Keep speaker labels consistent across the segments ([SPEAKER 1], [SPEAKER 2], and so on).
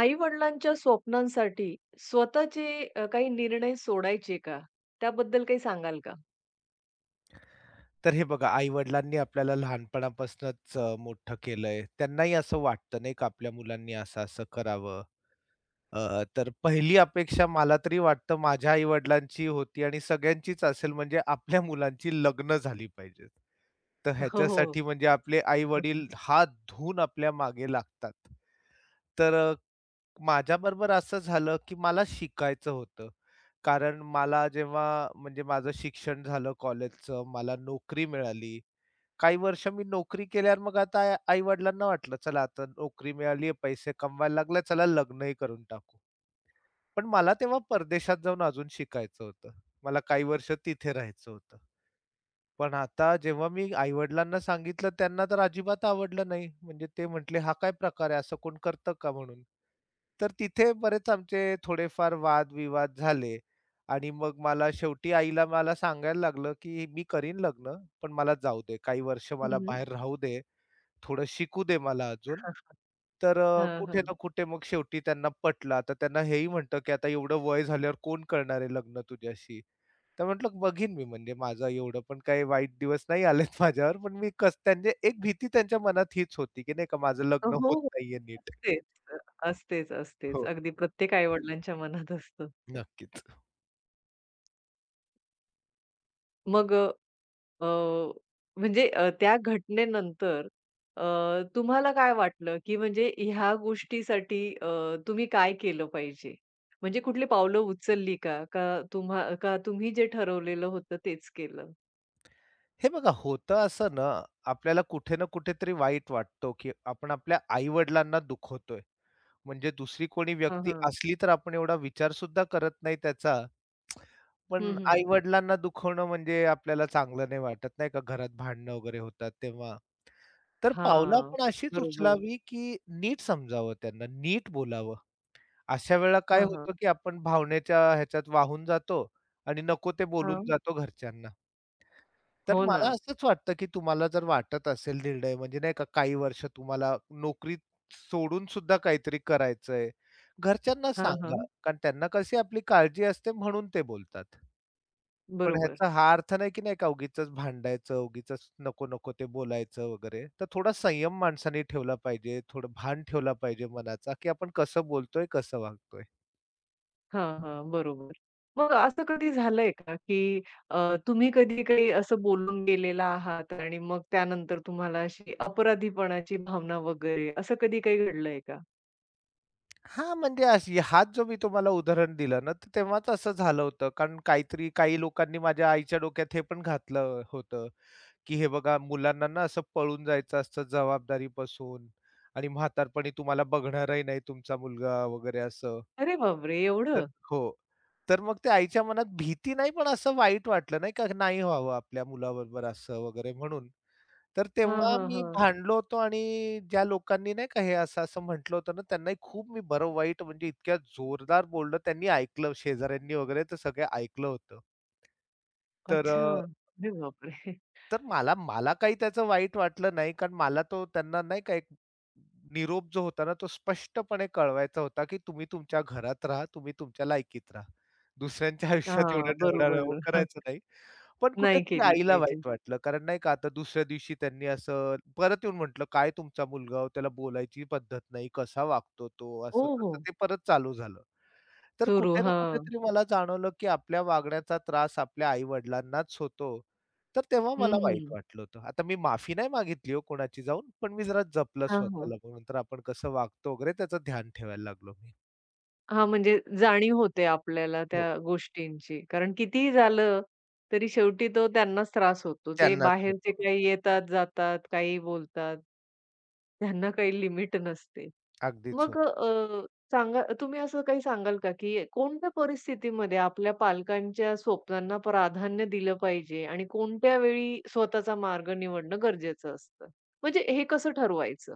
[SPEAKER 1] आई-वडिलांच्या स्वप्नांसाठी स्वतःचे काही निर्णय सोडायचे का? त्याबद्दल काही सांगाल का?
[SPEAKER 2] तर हे बघा, आई-वडिलांनी आपल्याला लहानपणापासूनच मोठं केलंय. त्यांनाही असं वाटतं नाही का, आपल्या मुलांनी असं-असं करावं. तर पहिली अपेक्षा मला तरी वाटतं माझ्या आई-वडिलांची होती आणि सगळ्यांचीच असेल म्हणजे आपल्या मुलांची लग्न झाली पाहिजेत. तर
[SPEAKER 1] हो, हो.
[SPEAKER 2] ह्याच्यासाठी म्हणजे आपले आई-वडील
[SPEAKER 1] हम्म.
[SPEAKER 2] हात धुवून आपल्या मागे लागतात. तर माझ्याबरोबर असं झालं, की मला शिकायचं होतं. कारण मला जेव्हा म्हणजे माझं शिक्षण झालं कॉलेजचं, मला नोकरी मिळाली. काही वर्ष मी नोकरी केल्यावर मग आता आई-वडिलांना वाटलं, "चला आता नोकरी मिळाली आहे, पैसे कमवायला लागले, चला लग्नही करून टाकू." पण मला तेव्हा परदेशात जाऊन अजून शिकायचं होतं. मला काही वर्ष तिथे राहायचं होतं. पण आता जेव्हा मी आई-वडिलांना सांगितलं, त्यांना तर अजिबात आवडलं नाही. म्हणजे ते म्हटले, "हा काय प्रकार आहे? असं कोण करतं का?" म्हणून. तर तिथे बरेच आमचे थोडेफार वाद झाले आणि मग मला शेवटी आईला मला सांगायला लागलं, की "मी करीन लग्न, पण मला जाऊ दे. काही वर्ष
[SPEAKER 1] हं,
[SPEAKER 2] मला
[SPEAKER 1] हं.
[SPEAKER 2] बाहेर राहू दे." थोडं शिकू दे मला अजून. तर कुठे ना कुठे मग शेवटी त्यांना पटलं. आता त्यांना हेही म्हटलं, की "आता एवढं वय झाल्यावर कोण करणार आहे लग्न तुझ्याशी?" तर म्हटलं, "बघीन मी म्हणजे माझं एवढं पण काही वाईट दिवस नाही आलेत माझ्यावर." पण मी कसं त्यांची एक भीती त्यांच्या मनात हीच होती, की नाही का माझं
[SPEAKER 1] हो,
[SPEAKER 2] लग्न होत
[SPEAKER 1] हो.
[SPEAKER 2] नाहीये नीट.
[SPEAKER 1] असतेच. असतेच, असतेच.
[SPEAKER 2] हो,
[SPEAKER 1] अगदी प्रत्येक आई-वडिलांच्या मनात असतं.
[SPEAKER 2] नक्कीच.
[SPEAKER 1] मग अ, म्हणजे त्या घटनेनंतर अ, तुम्हाला काय वाटलं, की म्हणजे ह्या गोष्टीसाठी तुम्ही काय केलं पाहिजे? म्हणजे कुठली पावलं उचलली का? का तुम्हा का तुम्ही जे ठरवलेलं होतं तेच केलं?
[SPEAKER 2] हे बघा होतं असं ना, आपल्याला कुठे ना कुठेतरी वाईट वाटतो, की आपण आपल्या आई-वडिलांना दुखवतोय. म्हणजे दुसरी कोणी
[SPEAKER 1] हां,
[SPEAKER 2] व्यक्ती
[SPEAKER 1] हां.
[SPEAKER 2] असली तर आपण एवढा विचार सुद्धा करत नाही त्याचा.
[SPEAKER 1] हं,
[SPEAKER 2] पण
[SPEAKER 1] हं.
[SPEAKER 2] आई-वडिलांना दुखवणं म्हणजे आपल्याला चांगलं नाही वाटत नाही का, घरात भांडणं वगैरे होतात तेव्हा. तर पावलं
[SPEAKER 1] हां.
[SPEAKER 2] आपण अशीच
[SPEAKER 1] बरोबर.
[SPEAKER 2] उचलावी, की नीट समजावं त्यांना, नीट बोलावं. अशा वेळेला काय
[SPEAKER 1] हां, हां.
[SPEAKER 2] होतं, की आपण भावनेच्या ह्याच्यात वाहून जातो आणि नको ते बोलून
[SPEAKER 1] हां.
[SPEAKER 2] जातो घरच्यांना. तर
[SPEAKER 1] हो ना.
[SPEAKER 2] मला असंच वाटतं, की तुम्हाला जर वाटत असेल निर्णय म्हणजे नाही का काही वर्ष तुम्हाला नोकरी सोडून सुद्धा काहीतरी करायचंय. घरच्यांना
[SPEAKER 1] हां,
[SPEAKER 2] सांगा,
[SPEAKER 1] हां.
[SPEAKER 2] कारण त्यांना कशी आपली काळजी असते म्हणून ते बोलतात. पण
[SPEAKER 1] बरोबर.
[SPEAKER 2] ह्याचा हा अर्थ नाही, की नाही का उगीचच भांडायचं, उगीचच नको-नको ते बोलायचं वगैरे. तर थोडा संयम माणसाने ठेवला पाहिजे, थोडं भान ठेवला पाहिजे मनाचा, की आपण कसं बोलतोय, कसं वागतोय.
[SPEAKER 1] हां, हां. बरोबर. मग असं कधी झालंय का, की तुम्ही कधी काही असं बोलून गेलेला आहात आणि मग त्यानंतर तुम्हाला अशी अपराधीपणाची भावना वगैरे असं कधी काही घडलंय का?
[SPEAKER 2] हां, म्हणजे अशी हाच जो मी तुम्हाला उदाहरण दिलं ना, तर तेव्हाच असं झालं होतं. कारण काहीतरी काही लोकांनी माझ्या आईच्या डोक्यात हे पण घातलं होतं, की "हे बघा मुलांना ना असं पळून जायचं असतं जबाबदारीपासून आणि म्हातारपणी तुम्हाला बघणारही नाही तुमचा मुलगा" वगैरे असं.
[SPEAKER 1] अरे बापरे!
[SPEAKER 2] तर
[SPEAKER 1] एवढं?
[SPEAKER 2] हो. तर मग ते आईच्या मनात भीती नाही, पण असं वाईट वाटलं नाही का, नाही व्हावं आपल्या मुलाबरोबर असं वगैरे म्हणून. तर
[SPEAKER 1] हां,
[SPEAKER 2] तेव्हा
[SPEAKER 1] हां,
[SPEAKER 2] मी
[SPEAKER 1] हां.
[SPEAKER 2] भांडलो होतो आणि ज्या लोकांनी नाही का हे असं-असं म्हटलं होतं ना, त्यांनाही खूप मी बरं वाईट म्हणजे इतक्या जोरदार बोललो. त्यांनी ऐकलं शेजाऱ्यांनी वगैरे तर सगळे ऐकलं होतं. तर
[SPEAKER 1] अच्छा. अरे बापरे!
[SPEAKER 2] तर मला मला काही त्याचं वाईट वाटलं नाही, कारण मला तो त्यांना नाही का एक निरोप जो होता ना, तो स्पष्टपणे कळवायचा होता, की तुम्ही तुमच्या घरात राहा, तुम्ही तुमच्या लायकीत राहा. दुसऱ्यांच्या आयुष्यात
[SPEAKER 1] हां,
[SPEAKER 2] एवढं ढवळाढवळ
[SPEAKER 1] बरोबर.
[SPEAKER 2] करायचं नाही. पण
[SPEAKER 1] नाही
[SPEAKER 2] कुठेतरी
[SPEAKER 1] केली
[SPEAKER 2] आईला
[SPEAKER 1] पाहिजे.
[SPEAKER 2] वाईट वाटलं, कारण नाही का आता दुसऱ्या दिवशी त्यांनी असं परत येऊन म्हटलं, "काय तुमचा मुलगा हो, त्याला बोलायची पद्धत नाही, कसा वागतो तो?"
[SPEAKER 1] हो,
[SPEAKER 2] असं तसं
[SPEAKER 1] हो.
[SPEAKER 2] ते परत चालू झालं. तर
[SPEAKER 1] सुरू.
[SPEAKER 2] कुठे ना
[SPEAKER 1] हां.
[SPEAKER 2] कुठेतरी मला जाणवलं, की आपल्या वागण्याचा त्रास आपल्या आई-वडिलांनाच होतो. तर तेव्हा
[SPEAKER 1] हं,
[SPEAKER 2] मला वाईट
[SPEAKER 1] हं.
[SPEAKER 2] वाटलं होतं. आता मी माफी नाही मागितली हो कोणाची जाऊन, पण मी जरा जपलं
[SPEAKER 1] हां, हां.
[SPEAKER 2] स्वतःला म्हणून तर आपण कसं वागतो वगैरे त्याचं ध्यान ठेवायला लागलो मी.
[SPEAKER 1] हां, म्हणजे जाणीव होते आपल्याला
[SPEAKER 2] हो,
[SPEAKER 1] त्या गोष्टींची. कारण कितीही झालं, तरी शेवटी तो त्यांनाच त्रास होतो. ते
[SPEAKER 2] त्यांनाच होतो.
[SPEAKER 1] बाहेरचे काही येतात, जातात, काही बोलतात. त्यांना काही लिमिट नसते.
[SPEAKER 2] अगदीच हो.
[SPEAKER 1] मग सांगा तुम्ही असं काही सांगाल का, की कोणत्या परिस्थितीमध्ये आपल्या पालकांच्या स्वप्नांना प्राधान्य दिलं पाहिजे आणि कोणत्या वेळी स्वतःचा मार्ग निवडणं गरजेचं असतं? म्हणजे हे कसं ठरवायचं?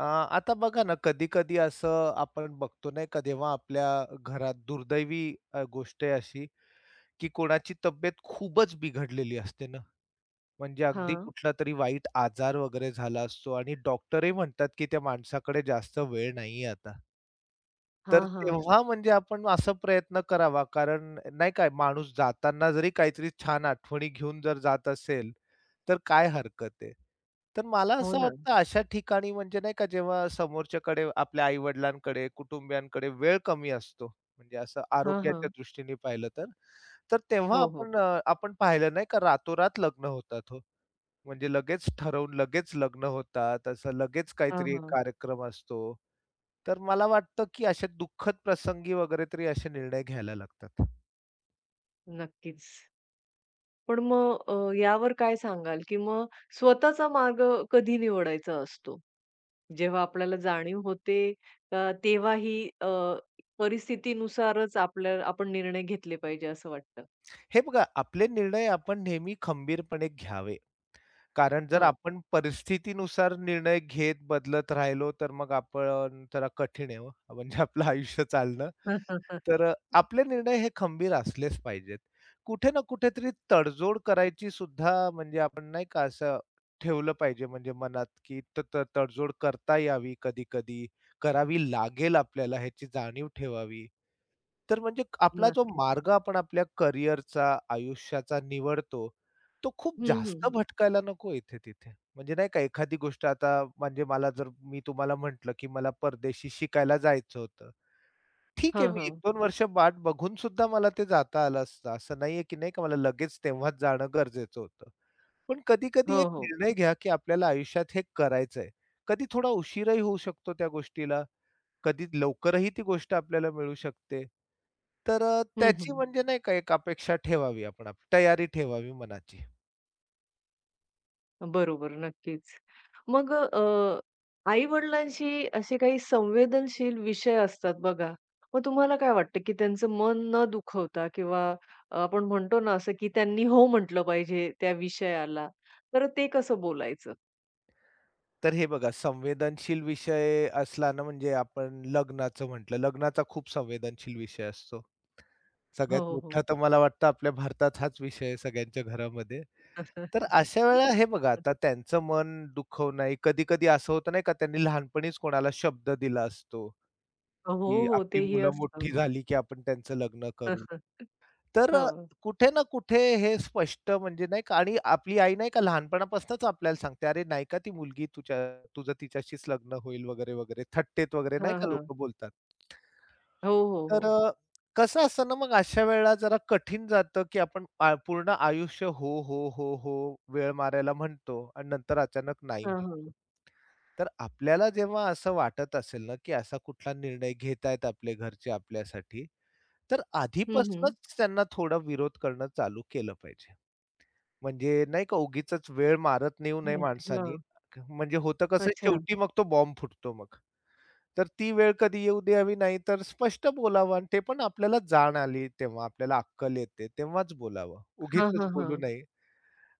[SPEAKER 2] अ, आता बघा ना कधी-कधी असं आपण बघतो नाही का जेव्हा आपल्या घरात दुर्दैवी गोष्ट आहे अशी, की कोणाची तब्येत खूपच बिघडलेली असते ना. म्हणजे अगदी
[SPEAKER 1] हां.
[SPEAKER 2] कुठला तरी वाईट आजार वगैरे झाला असतो आणि डॉक्टरही म्हणतात, की त्या माणसाकडे जास्त वेळ नाहीये आता. तर
[SPEAKER 1] हां, हां.
[SPEAKER 2] तेव्हा म्हणजे आपण असा प्रयत्न करावा, कारण नाही काय माणूस जाताना जरी काहीतरी छान आठवणी घेऊन जर जात असेल, तर काय हरकत आहे. तर मला
[SPEAKER 1] हो
[SPEAKER 2] असं
[SPEAKER 1] ना.
[SPEAKER 2] वाटतं अशा ठिकाणी म्हणजे नाही का जेव्हा समोरच्याकडे आपल्या आई-वडिलांकडे, कुटुंबियांकडे वेळ कमी असतो, म्हणजे असं
[SPEAKER 1] हां,
[SPEAKER 2] आरोग्याच्या
[SPEAKER 1] हां.
[SPEAKER 2] दृष्टीने पाहिलं तर. तर तेव्हा
[SPEAKER 1] हो, हो.
[SPEAKER 2] आपण आपण पाहिलं नाही का रातोरात लग्न होतात हो. म्हणजे लगेच ठरवून लगेच लग्न होतात, असं लगेच
[SPEAKER 1] हां,
[SPEAKER 2] काहीतरी एक
[SPEAKER 1] हां.
[SPEAKER 2] कार्यक्रम असतो. तर मला वाटतं, की अशा दुःखद प्रसंगी वगैरे तरी असे निर्णय घ्यायला लागतात.
[SPEAKER 1] नक्कीच. पण मग यावर काय सांगाल, की मग स्वतःचा मार्ग कधी निवडायचा असतो? जेव्हा आपल्याला जाणीव होते का तेव्हाही परिस्थितीनुसारच आपल्या आपण निर्णय घेतले पाहिजे असं वाटतं?
[SPEAKER 2] हे बघा आपले निर्णय आपण नेहमी खंबीरपणे घ्यावे. कारण जर
[SPEAKER 1] हं.
[SPEAKER 2] आपण परिस्थितीनुसार निर्णय घेत बदलत राहिलो, तर मग आपण जरा कठीण आहे हो, म्हणजे आपलं आयुष्य चालणं. तर आपले निर्णय हे खंबीर असलेच पाहिजेत. कुठे ना कुठेतरी तडजोड करायची सुद्धा म्हणजे आपण नाही का असं ठेवलं पाहिजे म्हणजे मनात, की त त तडजोड करता यावी कधी-कधी, करावी लागेल आपल्याला ह्याची जाणीव ठेवावी. तर म्हणजे आपला जो
[SPEAKER 1] नक्की.
[SPEAKER 2] मार्ग आपण आपल्या करिअरचा, आयुष्याचा निवडतो, तो खूप
[SPEAKER 1] हं,
[SPEAKER 2] जास्त
[SPEAKER 1] हं.
[SPEAKER 2] भटकायला नको इथे-तिथे. म्हणजे नाही का एखादी गोष्ट आता म्हणजे मला जर मी तुम्हाला म्हटलं, की मला परदेशी शिकायला जायचं होतं. ठीक आहे,
[SPEAKER 1] हं,
[SPEAKER 2] मी
[SPEAKER 1] हं.
[SPEAKER 2] 1-2 वर्ष वाट बघून सुद्धा मला ते जाता आलं असतं. असं नाहीये, की नाही का मला लगेच तेव्हाच जाणं गरजेचं होतं. पण कधी-कधी एक
[SPEAKER 1] हो, हो.
[SPEAKER 2] निर्णय घ्या, की आपल्याला आयुष्यात हे करायचंय. कधी थोडा उशीरही होऊ शकतो त्या गोष्टीला, कधी लवकरही ती गोष्ट आपल्याला मिळू शकते. तर
[SPEAKER 1] हं,
[SPEAKER 2] त्याची
[SPEAKER 1] हं.
[SPEAKER 2] म्हणजे नाही का एक अपेक्षा ठेवावी आपण आपली तयारी ठेवावी मनाची.
[SPEAKER 1] बरोबर, नक्कीच. मग आई-वडिलांशी असे काही संवेदनशील विषय असतात बघा. मग तुम्हाला काय वाटतं, की त्यांचं मन न दुखवता किंवा आपण म्हणतो ना असं, की त्यांनी हो म्हटलं पाहिजे त्या विषयाला, तर ते कसं बोलायचं?
[SPEAKER 2] तर हे बघा संवेदनशील विषय असला ना म्हणजे आपण लग्नाचं म्हटलं, लग्नाचा खूप संवेदनशील विषय असतो. सगळ्यात
[SPEAKER 1] हो,
[SPEAKER 2] मोठा
[SPEAKER 1] हो.
[SPEAKER 2] तर मला वाटतं आपल्या भारतात हाच विषय आहे सगळ्यांच्या घरामध्ये. तर अशा वेळेला हे बघा आता त्यांचं मन दुखवणं आहे. कधी-कधी असं होतं नाही का त्यांनी लहानपणीच कोणाला शब्द दिला असतो,
[SPEAKER 1] हो,
[SPEAKER 2] की
[SPEAKER 1] हो.
[SPEAKER 2] आपली
[SPEAKER 1] तेही
[SPEAKER 2] मुलं मोठी
[SPEAKER 1] असतं.
[SPEAKER 2] झाली की आपण त्यांचं लग्न करू. तर
[SPEAKER 1] हं.
[SPEAKER 2] कुठे ना कुठे हे स्पष्ट म्हणजे नाही का आणि आपली आई नाही का लहानपणापासूनच आपल्याला सांगते, "अरे नाही का ती मुलगी तुझ्या तिच्याशीच लग्न होईल" वगैरे, वगैरे थट्टेत वगैरे नाही
[SPEAKER 1] हां,
[SPEAKER 2] का
[SPEAKER 1] हां.
[SPEAKER 2] लोकं बोलतात.
[SPEAKER 1] हो, हो,
[SPEAKER 2] तर
[SPEAKER 1] हो.
[SPEAKER 2] कसं असतं ना मग अशा वेळेला जरा कठीण जातं, की आपण पूर्ण आयुष्य हो, हो, हो, हो वेळ मारायला म्हणतो आणि नंतर अचानक नाही
[SPEAKER 1] हां,
[SPEAKER 2] म्हणतो.
[SPEAKER 1] हां.
[SPEAKER 2] तर आपल्याला जेव्हा असं वाटत असेल ना, की असा कुठला निर्णय घेतायत आपले घरचे आपल्यासाठी, तर
[SPEAKER 1] हं, हं.
[SPEAKER 2] आधीपासूनच त्यांना थोडा विरोध करणं चालू केलं पाहिजे. म्हणजे नाही का उगीचच वेळ मारत नेऊ नये
[SPEAKER 1] हं.
[SPEAKER 2] माणसानी.
[SPEAKER 1] हां.
[SPEAKER 2] म्हणजे होतं कसं
[SPEAKER 1] अच्छा.
[SPEAKER 2] शेवटी मग तो बॉम्ब फुटतो मग. तर ती वेळ कधी येऊ द्यावी नाही, तर स्पष्ट बोलावं आणि ते पण आपल्याला जाण आली तेव्हा, आपल्याला अक्कल येते तेव्हाच बोलावं. उगीच
[SPEAKER 1] हां, हां,
[SPEAKER 2] बोलू
[SPEAKER 1] हां.
[SPEAKER 2] नये.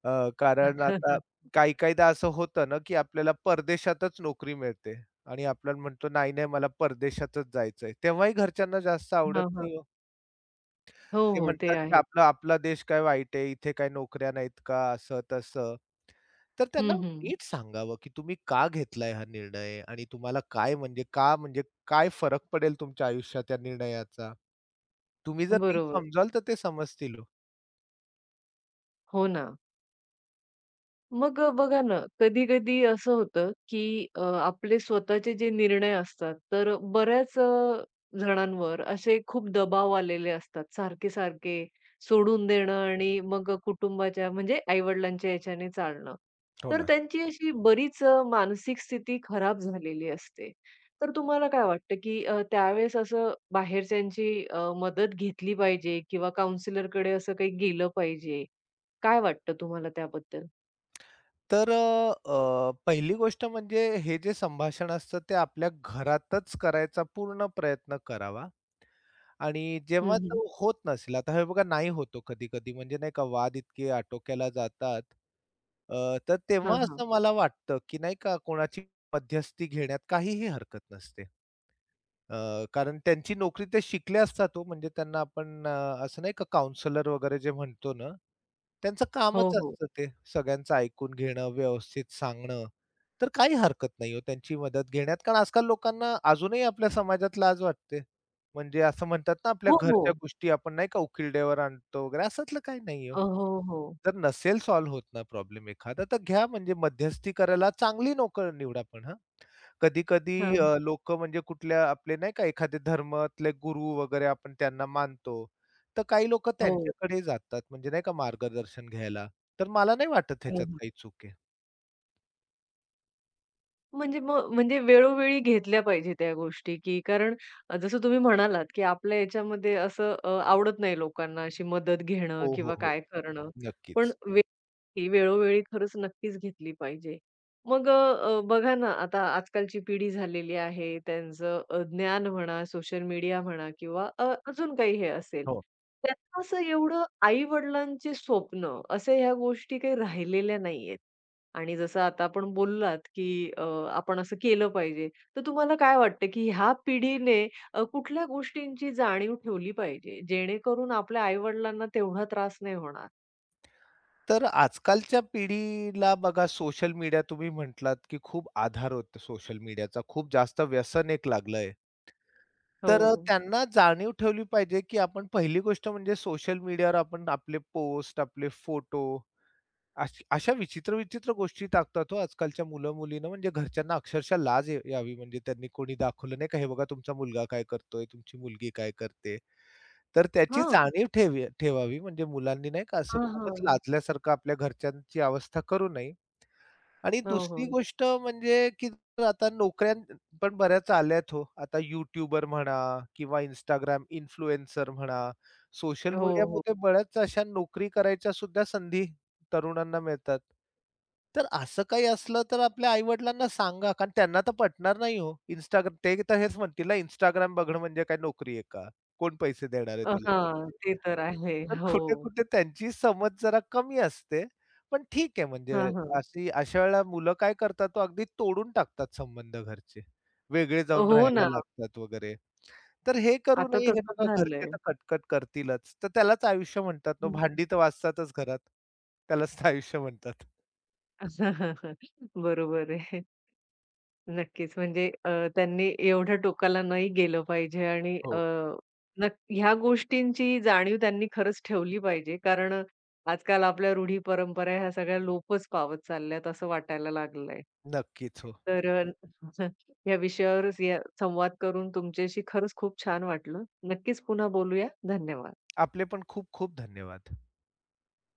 [SPEAKER 2] कारण आता
[SPEAKER 1] हां,
[SPEAKER 2] काही-काहीदा असं होतं ना, की आपल्याला परदेशातच नोकरी मिळते आणि आपण म्हणतो, "नाही, नाही, मला परदेशातच जायचंय." तेव्हाही घरच्यांना जास्त आवडत
[SPEAKER 1] हां.
[SPEAKER 2] नाही हो.
[SPEAKER 1] हो,
[SPEAKER 2] ते
[SPEAKER 1] हो. ते
[SPEAKER 2] म्हणतात की
[SPEAKER 1] आहे.
[SPEAKER 2] आपला आपला देश काय वाईट आहे, इथे काय नोकऱ्या नाहीत का, असं-तसं. तर त्यांना
[SPEAKER 1] हं, हं.
[SPEAKER 2] नीट सांगावं की तुम्ही का घेतलाय हा निर्णय आणि तुम्हाला काय म्हणजे का म्हणजे काय फरक पडेल तुमच्या आयुष्यात या निर्णयाचा. तुम्ही जर नीट
[SPEAKER 1] बरोबर.
[SPEAKER 2] समजाल तर ते समजतील हो.
[SPEAKER 1] हो ना. मग बघा ना, कधी-कधी असं होतं, की आपले स्वतःचे जे निर्णय असतात, तर बऱ्याच जणांवर असे खूप दबाव आलेले असतात, सारखे-सारखे सोडून देणं आणि मग कुटुंबाच्या म्हणजे आई-वडिलांच्या याच्याने चालणं.
[SPEAKER 2] हो
[SPEAKER 1] तर
[SPEAKER 2] ना.
[SPEAKER 1] त्यांची अशी बरीच मानसिक स्थिती खराब झालेली असते. तर तुम्हाला काय वाटतं, की त्यावेळेस असं बाहेरच्यांची मदत घेतली पाहिजे किंवा काउन्सिलरकडे असं काही गेलं पाहिजे काय वाटतं तुम्हाला त्याबद्दल?
[SPEAKER 2] तर अ, अ, पहिली गोष्ट म्हणजे हे जे संभाषण असतं ते आपल्या घरातच करायचा पूर्ण प्रयत्न करावा. आणि
[SPEAKER 1] हं,
[SPEAKER 2] जेव्हा
[SPEAKER 1] हं.
[SPEAKER 2] तो होत नसेल, आता हे बघा नाही होतो कधी-कधी म्हणजे नाही का वाद इतके आटोक्याला जातात. अ, तर
[SPEAKER 1] हां,
[SPEAKER 2] तेव्हा
[SPEAKER 1] हां.
[SPEAKER 2] असं मला वाटतं, की नाही का कोणाची मध्यस्थी घेण्यात काहीही हरकत नसते. कारण त्यांची नोकरी ते शिकले असतात हो, म्हणजे त्यांना आपण असं नाही का काउंसलर वगैरे जे म्हणतो ना, त्यांचं
[SPEAKER 1] हो,
[SPEAKER 2] कामच
[SPEAKER 1] हो.
[SPEAKER 2] असतं ते सगळ्यांचं ऐकून घेणं, व्यवस्थित सांगणं. तर काही हरकत नाही हो त्यांची मदत घेण्यात, कारण आजकाल लोकांना अजूनही आपल्या समाजात लाज वाटते. म्हणजे असं म्हणतात ना, आपल्या
[SPEAKER 1] हो, हो.
[SPEAKER 2] घरच्या गोष्टी आपण नाही का उकिरड्यावर आणतो वगैरे, असंतलं काही नाही हो.
[SPEAKER 1] हो, हो.
[SPEAKER 2] जर नसेल सॉल्व्ह होत ना प्रॉब्लेम एखादा, तर घ्या म्हणजे मध्यस्थी करायला चांगली नोकर निवडा पण हां. कधी-कधी
[SPEAKER 1] हां, हां.
[SPEAKER 2] लोकं म्हणजे कुठल्या आपले नाही का एखादे धर्मातले गुरु वगैरे आपण त्यांना मानतो. तर काही लोकं
[SPEAKER 1] हो.
[SPEAKER 2] त्यांच्याकडे जातात म्हणजे नाही का मार्गदर्शन घ्यायला. तर मला नाही वाटत
[SPEAKER 1] हां,
[SPEAKER 2] ह्याच्यात
[SPEAKER 1] हां.
[SPEAKER 2] काही चूक आहे.
[SPEAKER 1] म्हणजे मग म्हणजे वेळोवेळी घेतल्या पाहिजे त्या गोष्टी, की कारण जसं तुम्ही म्हणालात, की आपल्या याच्यामध्ये असं आवडत नाही लोकांना अशी मदत घेणं
[SPEAKER 2] हो, हो,
[SPEAKER 1] किंवा
[SPEAKER 2] हो.
[SPEAKER 1] काय करणं. पण
[SPEAKER 2] नक्कीच.
[SPEAKER 1] ही वेळोवेळी खरंच नक्कीच घेतली पाहिजे. मग अ, अ, बघा ना, आता आजकालची पिढी झालेली आहे, त्यांचं ज्ञान म्हणा, सोशल मीडिया म्हणा किंवा अजून काही हे असेल.
[SPEAKER 2] हो.
[SPEAKER 1] त्यांना असं एवढं आई-वडिलांचे स्वप्न, असे ह्या गोष्टी काही राहिलेल्या नाहीयेत. आणि जसं आता आपण बोललात, की अ, आपण असं केलं पाहिजे. तर तुम्हाला काय वाटतं, की ह्या पिढीने कुठल्या गोष्टींची जाणीव ठेवली पाहिजे, जेणेकरून आपल्या आई-वडिलांना तेवढा त्रास नाही होणार?
[SPEAKER 2] तर आजकालच्या पिढीला बघा सोशल मीडिया तुम्ही म्हटलात, की खूप आधार होतो सोशल मीडियाचा. खूप जास्त व्यसन एक लागलंय. तर
[SPEAKER 1] हो.
[SPEAKER 2] त्यांना जाणीव ठेवली पाहिजे, की आपण पहिली गोष्ट म्हणजे सोशल मीडियावर आपण आपले पोस्ट, आपले फोटो अशा विचित्र-विचित्र गोष्टी टाकतात हो आजकालच्या मुलं-मुलींना म्हणजे घरच्यांना अक्षरशः लाज यावी म्हणजे त्यांनी कोणी दाखवलं नाही का, "हे बघा तुमचा मुलगा काय करतोय, तुमची मुलगी काय करते." तर त्याची
[SPEAKER 1] हां.
[SPEAKER 2] जाणीव ठेवावी म्हणजे मुलांनी नाही का असं
[SPEAKER 1] हां,
[SPEAKER 2] खूपच
[SPEAKER 1] हां.
[SPEAKER 2] लाजल्यासारखं आपल्या घरच्यांची अवस्था करू नये. आणि
[SPEAKER 1] हो,
[SPEAKER 2] दुसरी
[SPEAKER 1] हो.
[SPEAKER 2] गोष्ट म्हणजे की आता नोकऱ्या पण बऱ्याच आल्यात हो. आता YouTuber म्हणा किंवा इंस्टाग्राम इन्फ्लुएन्सर म्हणा, सोशल
[SPEAKER 1] हो, हो.
[SPEAKER 2] मीडियामध्ये बऱ्याच अशा नोकरी करायच्या सुद्धा संधी तरुणांना मिळतात. तर असं काही असलं तर आपल्या आई-वडिलांना सांगा, कारण त्यांना तर पटणार नाही हो. Instagram ते तर हेच म्हणतील Instagram बघणं म्हणजे काय नोकरी आहे का? कोण पैसे देणार आहे
[SPEAKER 1] हां.
[SPEAKER 2] तुला त्याचे?
[SPEAKER 1] ते तर आहे.
[SPEAKER 2] तर
[SPEAKER 1] हो.
[SPEAKER 2] कुठे-कुठे त्यांची समज जरा कमी असते. पण ठीक आहे म्हणजे
[SPEAKER 1] हां, हां.
[SPEAKER 2] अशा वेळेला मुलं काय करतात तो अगदी तोडून टाकतात संबंध घरचे. वेगळे जाऊन
[SPEAKER 1] हो
[SPEAKER 2] राहायला
[SPEAKER 1] ना.
[SPEAKER 2] लागतात वगैरे. तर हे करू
[SPEAKER 1] आता
[SPEAKER 2] नये हे
[SPEAKER 1] तसंच
[SPEAKER 2] बघा घरचे
[SPEAKER 1] झालंय.
[SPEAKER 2] तर कटकट करतीलच. तर त्यालाच आयुष्य म्हणतात हो.
[SPEAKER 1] हं.
[SPEAKER 2] भांडी तर वाजतातच घरात. त्यालाच तर आयुष्य म्हणतात.
[SPEAKER 1] बरोबर आहे. नक्कीच. म्हणजे त्यांनी एवढ्या टोकाला नाही गेलं पाहिजे आणि अ,
[SPEAKER 2] हो.
[SPEAKER 1] नक ह्या गोष्टींची जाणीव त्यांनी खरंच ठेवली पाहिजे. कारण आजकाल आपल्या रूढी, परंपरा ह्या सगळ्या लोपच पावत चालल्यात असं वाटायला लागलंय.
[SPEAKER 2] नक्कीच हो.
[SPEAKER 1] तर या विषयावर या संवाद करून तुमच्याशी खरंच खूप छान वाटलं. नक्कीच पुन्हा बोलूया. धन्यवाद.
[SPEAKER 2] आपले पण खूप खूप धन्यवाद.